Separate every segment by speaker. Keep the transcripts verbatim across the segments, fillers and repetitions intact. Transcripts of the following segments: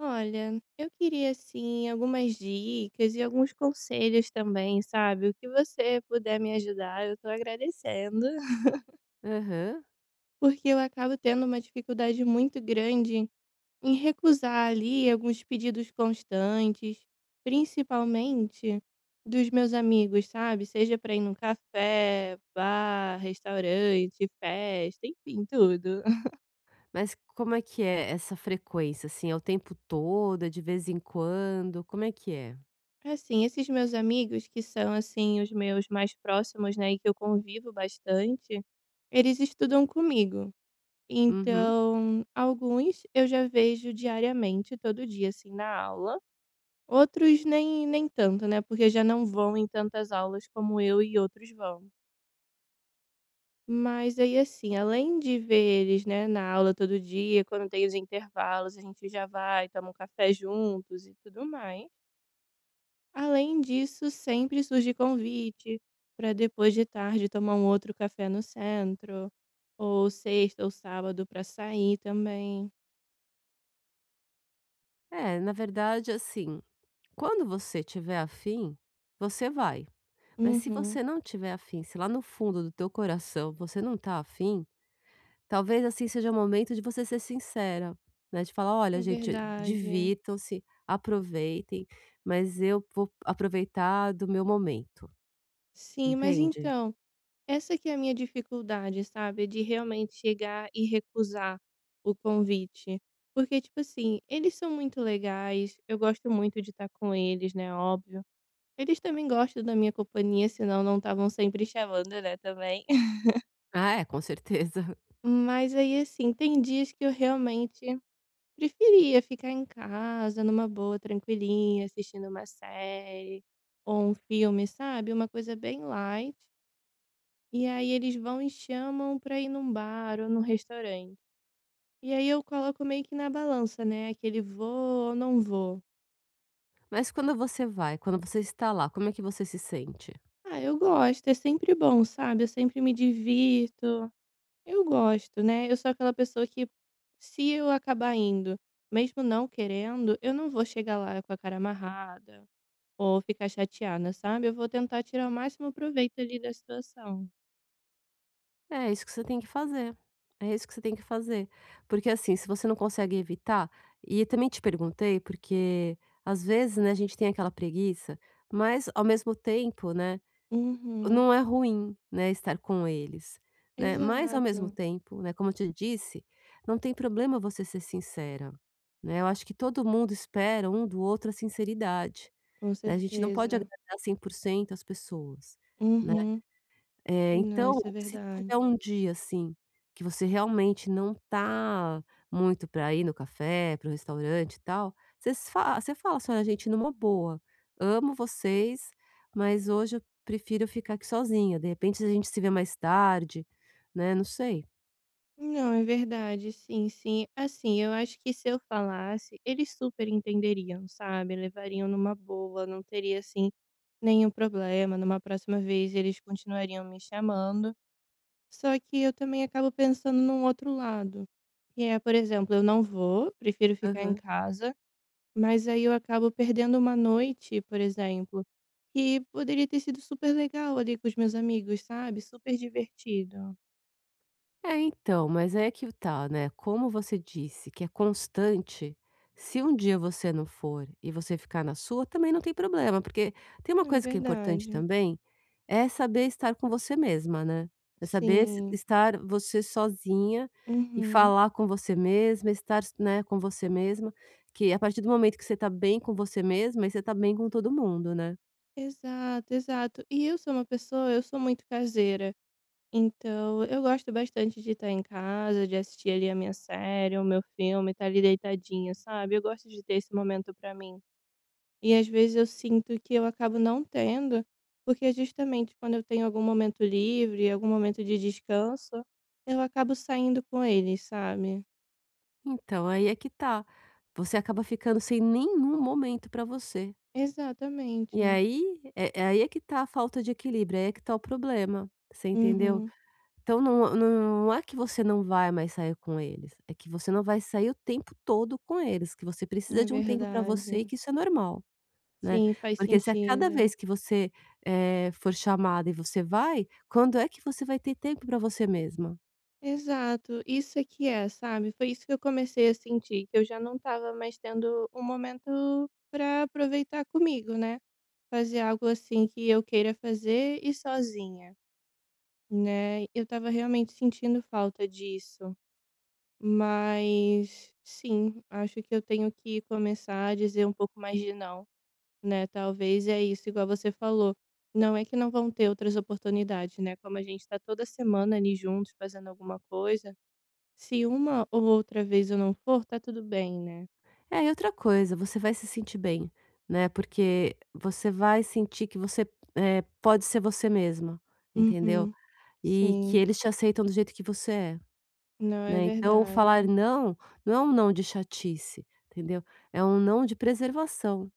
Speaker 1: Olha, eu queria assim algumas dicas e alguns conselhos também, sabe? O que você puder me ajudar, eu tô agradecendo,
Speaker 2: Aham.
Speaker 1: porque eu acabo tendo uma dificuldade muito grande em recusar ali alguns pedidos constantes, principalmente dos meus amigos, sabe? Seja pra ir num café, bar, restaurante, festa, enfim, tudo.
Speaker 2: Mas como é que é essa frequência, assim, é o tempo todo, é de vez em quando, como é que é?
Speaker 1: Assim, esses meus amigos que são assim os meus mais próximos, né, e que eu convivo bastante, eles estudam comigo,
Speaker 2: Uhum.
Speaker 1: então alguns eu já vejo diariamente, todo dia, assim, na aula, outros nem nem tanto, né, porque já não vão em tantas aulas como eu e outros vão. Mas aí, assim, além de ver eles, né, na aula todo dia, quando tem os intervalos, a gente já vai, toma um café juntos e tudo mais. Além disso, sempre surge convite para depois de tarde tomar um outro café no centro, ou sexta ou sábado para sair também.
Speaker 2: É, na verdade, assim, quando você tiver afim, você vai. Mas se
Speaker 1: Uhum,
Speaker 2: você não tiver afim, se lá no fundo do teu coração você não tá afim, talvez, assim, seja o momento de você ser sincera, né, de falar: "Olha,
Speaker 1: é
Speaker 2: gente,
Speaker 1: verdade.
Speaker 2: divirtam-se, aproveitem, mas eu vou aproveitar do meu momento",
Speaker 1: Sim, mas
Speaker 2: entende?
Speaker 1: então, essa que é a minha dificuldade, sabe? De realmente chegar e recusar o convite. Porque, tipo assim, eles são muito legais, eu gosto muito de estar com eles, né? Óbvio. Eles também gostam da minha companhia, senão não estavam sempre chamando, né? Também.
Speaker 2: Ah, é, com certeza.
Speaker 1: Mas aí, assim, tem dias que eu realmente preferia ficar em casa, numa boa, tranquilinha, assistindo uma série ou um filme, sabe? Uma coisa bem light. E aí eles vão e chamam pra ir num bar ou num restaurante. E aí eu coloco meio que na balança, né? Aquele vou ou não vou.
Speaker 2: Mas quando você vai, quando você está lá, como é que você se sente?
Speaker 1: Ah, eu gosto, é sempre bom, sabe? Eu sempre me divirto. Eu gosto, né, eu sou aquela pessoa que, se eu acabar indo, mesmo não querendo, eu não vou chegar lá com a cara amarrada ou ficar chateada, sabe, eu vou tentar tirar o máximo proveito ali da situação.
Speaker 2: É isso que você tem que fazer. É isso que você tem que fazer. Porque assim, se você não consegue evitar, e também te perguntei, porque às vezes, né, a gente tem aquela preguiça, mas ao mesmo tempo, né,
Speaker 1: Uhum,
Speaker 2: não é ruim, né, estar com eles, né? Mas ao mesmo
Speaker 1: exato,
Speaker 2: tempo, né, como eu te disse, não tem problema você ser sincera, né? Eu acho que todo mundo espera um do outro a sinceridade,
Speaker 1: com
Speaker 2: né, a gente não pode
Speaker 1: certeza.
Speaker 2: agradar cem por cento as pessoas, né.
Speaker 1: Uhum.
Speaker 2: Eh,
Speaker 1: Não,
Speaker 2: então,
Speaker 1: isso é
Speaker 2: se
Speaker 1: verdade.
Speaker 2: tiver um dia, assim, que você realmente não tá muito para ir no café, para o restaurante e tal, vocês fa você fala assim: "Olha, gente, numa boa, amo vocês, mas hoje eu prefiro ficar aqui sozinha, de repente se a gente se vê mais tarde", né, não sei.
Speaker 1: Não, é verdade, sim, sim. Assim, eu acho que se eu falasse, eles super entenderiam, sabe, levariam numa boa, não teria, assim, nenhum problema, numa próxima vez eles continuariam me chamando, só que eu também acabo pensando num outro lado, que é, por exemplo, eu não vou, prefiro ficar em
Speaker 2: Aham.
Speaker 1: casa, mas aí eu acabo perdendo uma noite, por exemplo, que poderia ter sido super legal ali com os meus amigos, sabe, super divertido.
Speaker 2: É, então, mas aí é que tá, né, como você disse que é constante, se um dia você não for e você ficar na sua, também não tem problema, porque tem uma
Speaker 1: É
Speaker 2: coisa que é importante
Speaker 1: verdade.
Speaker 2: também, é saber estar com você mesma, né. É saber es
Speaker 1: Sim.
Speaker 2: estar você sozinha e
Speaker 1: Uhum.
Speaker 2: falar com você mesma, estar, né, com você mesma, que a partir do momento que você tá bem com você mesma, aí você tá bem com todo mundo, né.
Speaker 1: Exato, exato. E eu sou uma pessoa eu sou muito caseira. Então, eu gosto bastante de estar em casa, de assistir ali a minha série, o meu filme, estar ali deitadinha, sabe? Eu gosto de ter esse momento pra mim. E às vezes eu sinto que eu acabo não tendo, porque justamente quando eu tenho algum momento livre, algum momento de descanso, eu acabo saindo com eles, sabe?
Speaker 2: Então, aí é que tá, você acaba ficando sem nenhum momento pra você. E
Speaker 1: Exatamente.
Speaker 2: aí é é aí é que tá a falta de equilíbrio, aí é que tá o problema, você entendeu?
Speaker 1: Uhum,
Speaker 2: Então não não é que você não vai mais sair com eles, é que você não vai sair o tempo todo com eles, que você precisa
Speaker 1: é
Speaker 2: de um tempo pra você e
Speaker 1: verdade.
Speaker 2: que isso é normal, né.
Speaker 1: Sim, faz
Speaker 2: Porque se a cada
Speaker 1: sentido.
Speaker 2: vez que você, eh, for chamada e você vai, quando é que você vai ter tempo pra você mesma?
Speaker 1: Exato, isso é que é, sabe. Foi isso que eu comecei a sentir, que eu já não estava mais tendo um momento pra aproveitar comigo, né. Fazer algo, assim, que eu queira fazer e sozinha, né. Eu estava realmente sentindo falta disso. Mas sim, acho que eu tenho que começar a dizer um pouco mais de "não", né. Talvez é isso, igual você falou, não é que não vão ter outras oportunidades, né, como a gente tá toda semana ali juntos fazendo alguma coisa. Se uma ou outra vez eu não for, tá tudo bem, né.
Speaker 2: É, e outra coisa, você vai se sentir bem, né, porque você vai sentir que você, eh, pode ser você mesma, entendeu?
Speaker 1: Uhum.
Speaker 2: E que
Speaker 1: Sim.
Speaker 2: eles te aceitam do jeito que você é,
Speaker 1: Não, é
Speaker 2: né, então falar
Speaker 1: verdade.
Speaker 2: não, não é um não de chatice, entendeu, é um não de preservação,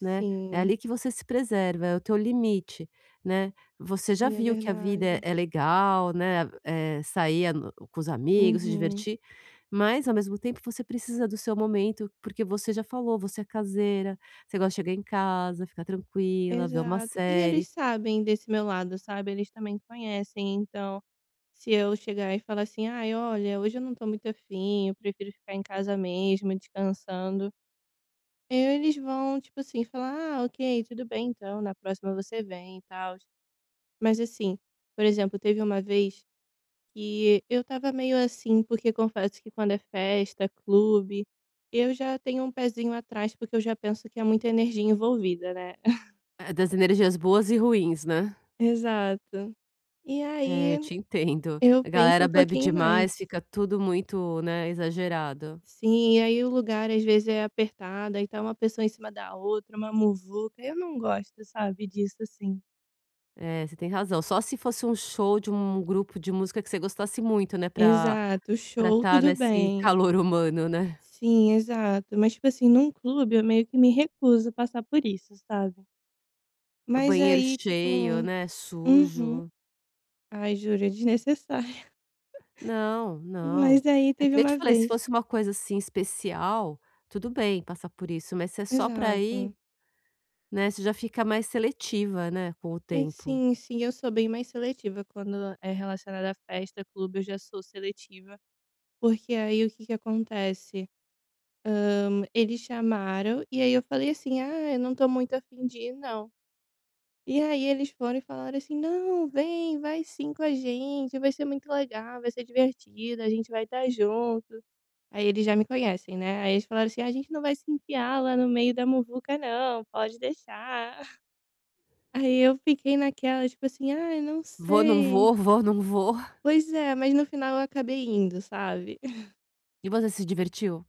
Speaker 2: né, é ali que você se preserva, é o teu limite, né, você já
Speaker 1: Sim, é
Speaker 2: viu que a vida é
Speaker 1: verdade.
Speaker 2: é legal, né, eh, sair a no com os amigos, se
Speaker 1: Uhum.
Speaker 2: divertir, mas ao mesmo tempo você precisa do seu momento, porque você já falou, você é caseira, você gosta de chegar em casa, ficar tranquila, ver uma
Speaker 1: Exato. E eles
Speaker 2: série,
Speaker 1: sabem desse meu lado, sabe, eles também conhecem, então, se eu chegar e falar assim: "Ai, olha, hoje eu não tô muito afim, eu prefiro ficar em casa mesmo, descansando", eles vão, tipo assim, falar: "Ah, ok, tudo bem então, na próxima você vem e tal." Mas assim, por exemplo, teve uma vez, e eu estava meio assim, porque confesso que quando é festa, clube, eu já tenho um pezinho atrás, porque eu já penso que é muita energia envolvida, né?
Speaker 2: eh, das energias boas e ruins, né.
Speaker 1: Exato. E
Speaker 2: É, eu
Speaker 1: aí
Speaker 2: te entendo.
Speaker 1: eu
Speaker 2: A
Speaker 1: penso um
Speaker 2: galera bebe
Speaker 1: pouquinho
Speaker 2: demais,
Speaker 1: mais.
Speaker 2: fica tudo muito, né, exagerado.
Speaker 1: Sim, e aí o lugar às vezes é apertado, aí tá uma pessoa em cima da outra, uma muvuca. Eu não gosto, sabe, disso assim.
Speaker 2: É, você tem razão. Só se fosse um show de um grupo de música que você gostasse muito, né, pra
Speaker 1: Exato,
Speaker 2: pra
Speaker 1: show,
Speaker 2: estar
Speaker 1: tudo
Speaker 2: nesse
Speaker 1: bem.
Speaker 2: calor humano, né.
Speaker 1: Sim, exato. Mas, tipo assim, num clube eu meio que me recuso a passar por isso, sabe?
Speaker 2: É o
Speaker 1: Mas
Speaker 2: banheiro
Speaker 1: aí,
Speaker 2: cheio,
Speaker 1: tipo.
Speaker 2: né,
Speaker 1: Uhum.
Speaker 2: sujo.
Speaker 1: Ai, juro, é desnecessário.
Speaker 2: Não, não.
Speaker 1: Mas aí
Speaker 2: É que
Speaker 1: teve
Speaker 2: nem eu te
Speaker 1: uma
Speaker 2: falei, se
Speaker 1: vez,
Speaker 2: fosse uma coisa, assim, especial, tudo bem passar por isso, mas se é só pra ir,
Speaker 1: exato.
Speaker 2: né, você já fica mais seletiva, né, com o
Speaker 1: É,
Speaker 2: tempo.
Speaker 1: sim, sim, eu sou bem mais seletiva quando é relacionada a festa, clube, eu já sou seletiva, porque aí o que que acontece, hum, eles chamaram e aí eu falei assim: "Ah, eu não estou muito afim de ir não". E aí eles foram e falaram assim: "Não, vem, vai sim com a gente, vai ser muito legal, vai ser divertido, a gente vai estar junto". Aí eles já me conhecem, né, aí eles falaram assim: "Ah, a gente não vai se enfiar lá no meio da muvuca não, pode deixar". Aí eu fiquei naquela, tipo assim: "Ai, não
Speaker 2: Vou, não
Speaker 1: sei".
Speaker 2: vou, vou, não vou.
Speaker 1: Pois é, mas no final eu acabei indo, sabe.
Speaker 2: E você se divertiu?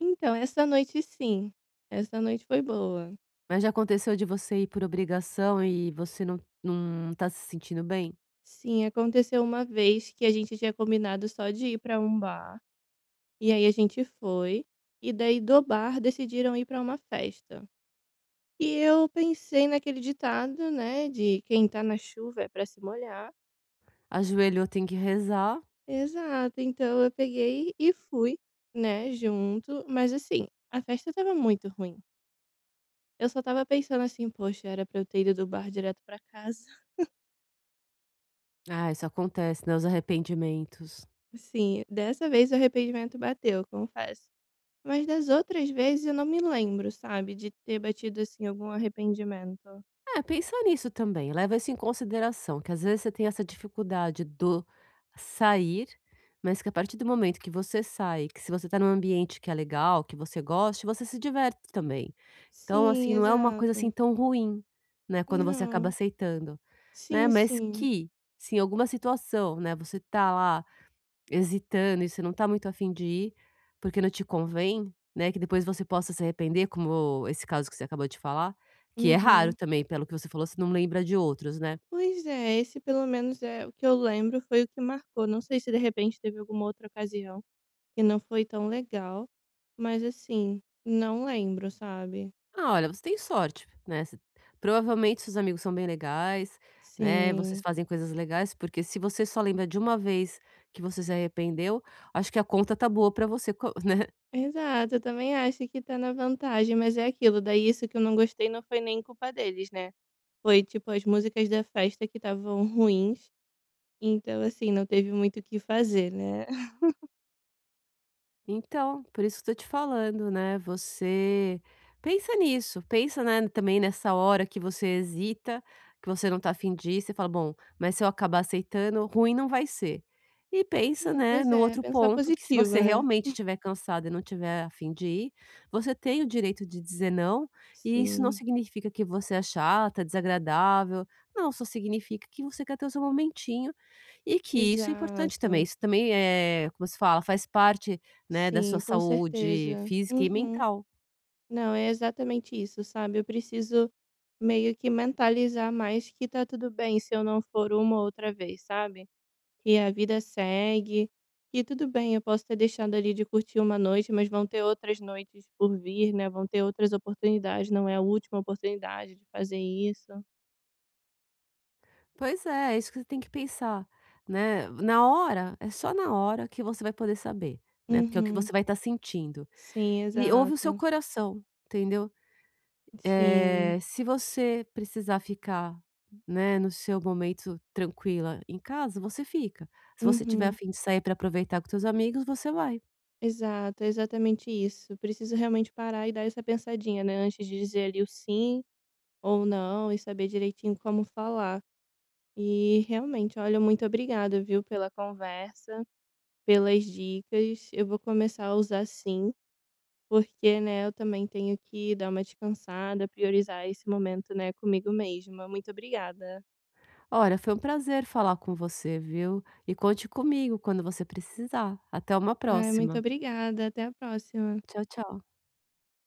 Speaker 1: Então, essa noite sim, essa noite foi boa.
Speaker 2: Mas já aconteceu de você ir por obrigação e você não não tá se sentindo bem?
Speaker 1: Sim, aconteceu uma vez que a gente tinha combinado só de ir pra um bar, e aí a gente foi, e daí do bar decidiram ir pra uma festa. E eu pensei naquele ditado, né, de: "Quem tá na chuva é pra se molhar".
Speaker 2: Ajoelhou, tem que rezar.
Speaker 1: Exato, então eu peguei e fui, né, junto, mas assim, a festa estava muito ruim. Eu só estava pensando assim: "Poxa, era pra eu ter ido do bar direto pra casa".
Speaker 2: Ah, isso acontece, né, os arrependimentos.
Speaker 1: Assim, dessa vez o arrependimento bateu, confesso. Mas das outras vezes eu não me lembro, sabe, de ter batido, assim, algum arrependimento.
Speaker 2: É, pensa nisso também, leva isso em consideração, que às vezes você tem essa dificuldade do sair, mas que a partir do momento que você sai, que se você tá num ambiente que é legal, que você goste, você se diverte também. Então,
Speaker 1: Sim,
Speaker 2: assim, não é uma coisa, assim,
Speaker 1: exato.
Speaker 2: tão ruim, né, quando você acaba
Speaker 1: Não.
Speaker 2: aceitando, né,
Speaker 1: Sim,
Speaker 2: mas
Speaker 1: sim.
Speaker 2: que, se em alguma situação, né, você tá lá hesitando e você não tá muito a fim de ir, porque não te convém, né, que depois você possa se arrepender, como esse caso que você acabou de falar, que é raro
Speaker 1: Uhum.
Speaker 2: também, pelo que você falou, você não lembra de outros, né.
Speaker 1: Pois é, esse pelo menos é o que eu lembro, foi o que marcou. Não sei se de repente teve alguma outra ocasião. Que não foi tão legal, mas assim, não lembro, sabe.
Speaker 2: Ah, olha, você tem sorte, né, você provavelmente seus amigos são bem legais, né, vocês
Speaker 1: Sim.
Speaker 2: fazem coisas legais, porque se você só lembra de uma vez que você se arrependeu, acho que a conta tá boa pra você co né.
Speaker 1: Exato, eu também acho que tá na vantagem, mas é aquilo, daí isso que eu não gostei não foi nem culpa deles, né. Foi, tipo, as músicas da festa que estavam ruins, então assim, não teve muito o que fazer, né.
Speaker 2: Então, por isso que eu tô te falando, né, você pensa nisso, pensa, né, também nessa hora que você hesita, que você não tá afim fim de ir, você fala: "Bom, mas se eu acabar aceitando, ruim não vai ser". E pensa,
Speaker 1: Hum,
Speaker 2: né,
Speaker 1: pois
Speaker 2: no
Speaker 1: é,
Speaker 2: outro
Speaker 1: pensar
Speaker 2: ponto que se
Speaker 1: positivo,
Speaker 2: você
Speaker 1: né.
Speaker 2: realmente estiver cansada e não tiver afim de ir, você tem o direito de dizer não, e isso não
Speaker 1: Sim,
Speaker 2: significa que você é chata, desagradável, não, só significa que você quer ter o seu momentinho e que isso é importante também,
Speaker 1: exato.
Speaker 2: isso também é, como se fala, faz parte, né, da
Speaker 1: Sim,
Speaker 2: sua
Speaker 1: com
Speaker 2: saúde
Speaker 1: certeza.
Speaker 2: física e
Speaker 1: Uhum.
Speaker 2: mental.
Speaker 1: Não, é exatamente isso, sabe. Eu preciso meio que mentalizar mais que tá tudo bem se eu não for uma ou outra vez, sabe. Que a vida segue, que tudo bem, eu posso ter deixado ali de curtir uma noite, mas vão ter outras noites por vir, né, vão ter outras oportunidades, não é a última oportunidade de fazer isso.
Speaker 2: Pois é, é isso que você tem que pensar, né. Na hora, é só na hora que você vai poder saber, né, porque é o que
Speaker 1: Uhum.
Speaker 2: você vai estar sentindo.
Speaker 1: Sim,
Speaker 2: E ouve o seu
Speaker 1: exato.
Speaker 2: coração, entendeu.
Speaker 1: Sim.
Speaker 2: Eh, se você precisar ficar, né, no seu momento tranquila em casa, você fica. Se você tiver a
Speaker 1: Uhum.
Speaker 2: fim de sair para aproveitar com seus amigos, você vai.
Speaker 1: Exato, é exatamente isso. Preciso realmente parar e dar essa pensadinha, né, antes de dizer ali o "sim". Ou não, e saber direitinho como falar. E realmente, olha, muito obrigada, viu, pela conversa, pelas dicas. Eu vou começar a usar sim, porque, né, eu também tenho que dar uma descansada, priorizar esse momento, né, comigo mesma. Muito obrigada.
Speaker 2: Olha, foi um prazer falar com você, viu? E conte comigo quando você precisar. Até uma
Speaker 1: Ai, muito
Speaker 2: próxima.
Speaker 1: obrigada. Até a próxima.
Speaker 2: Tchau, tchau.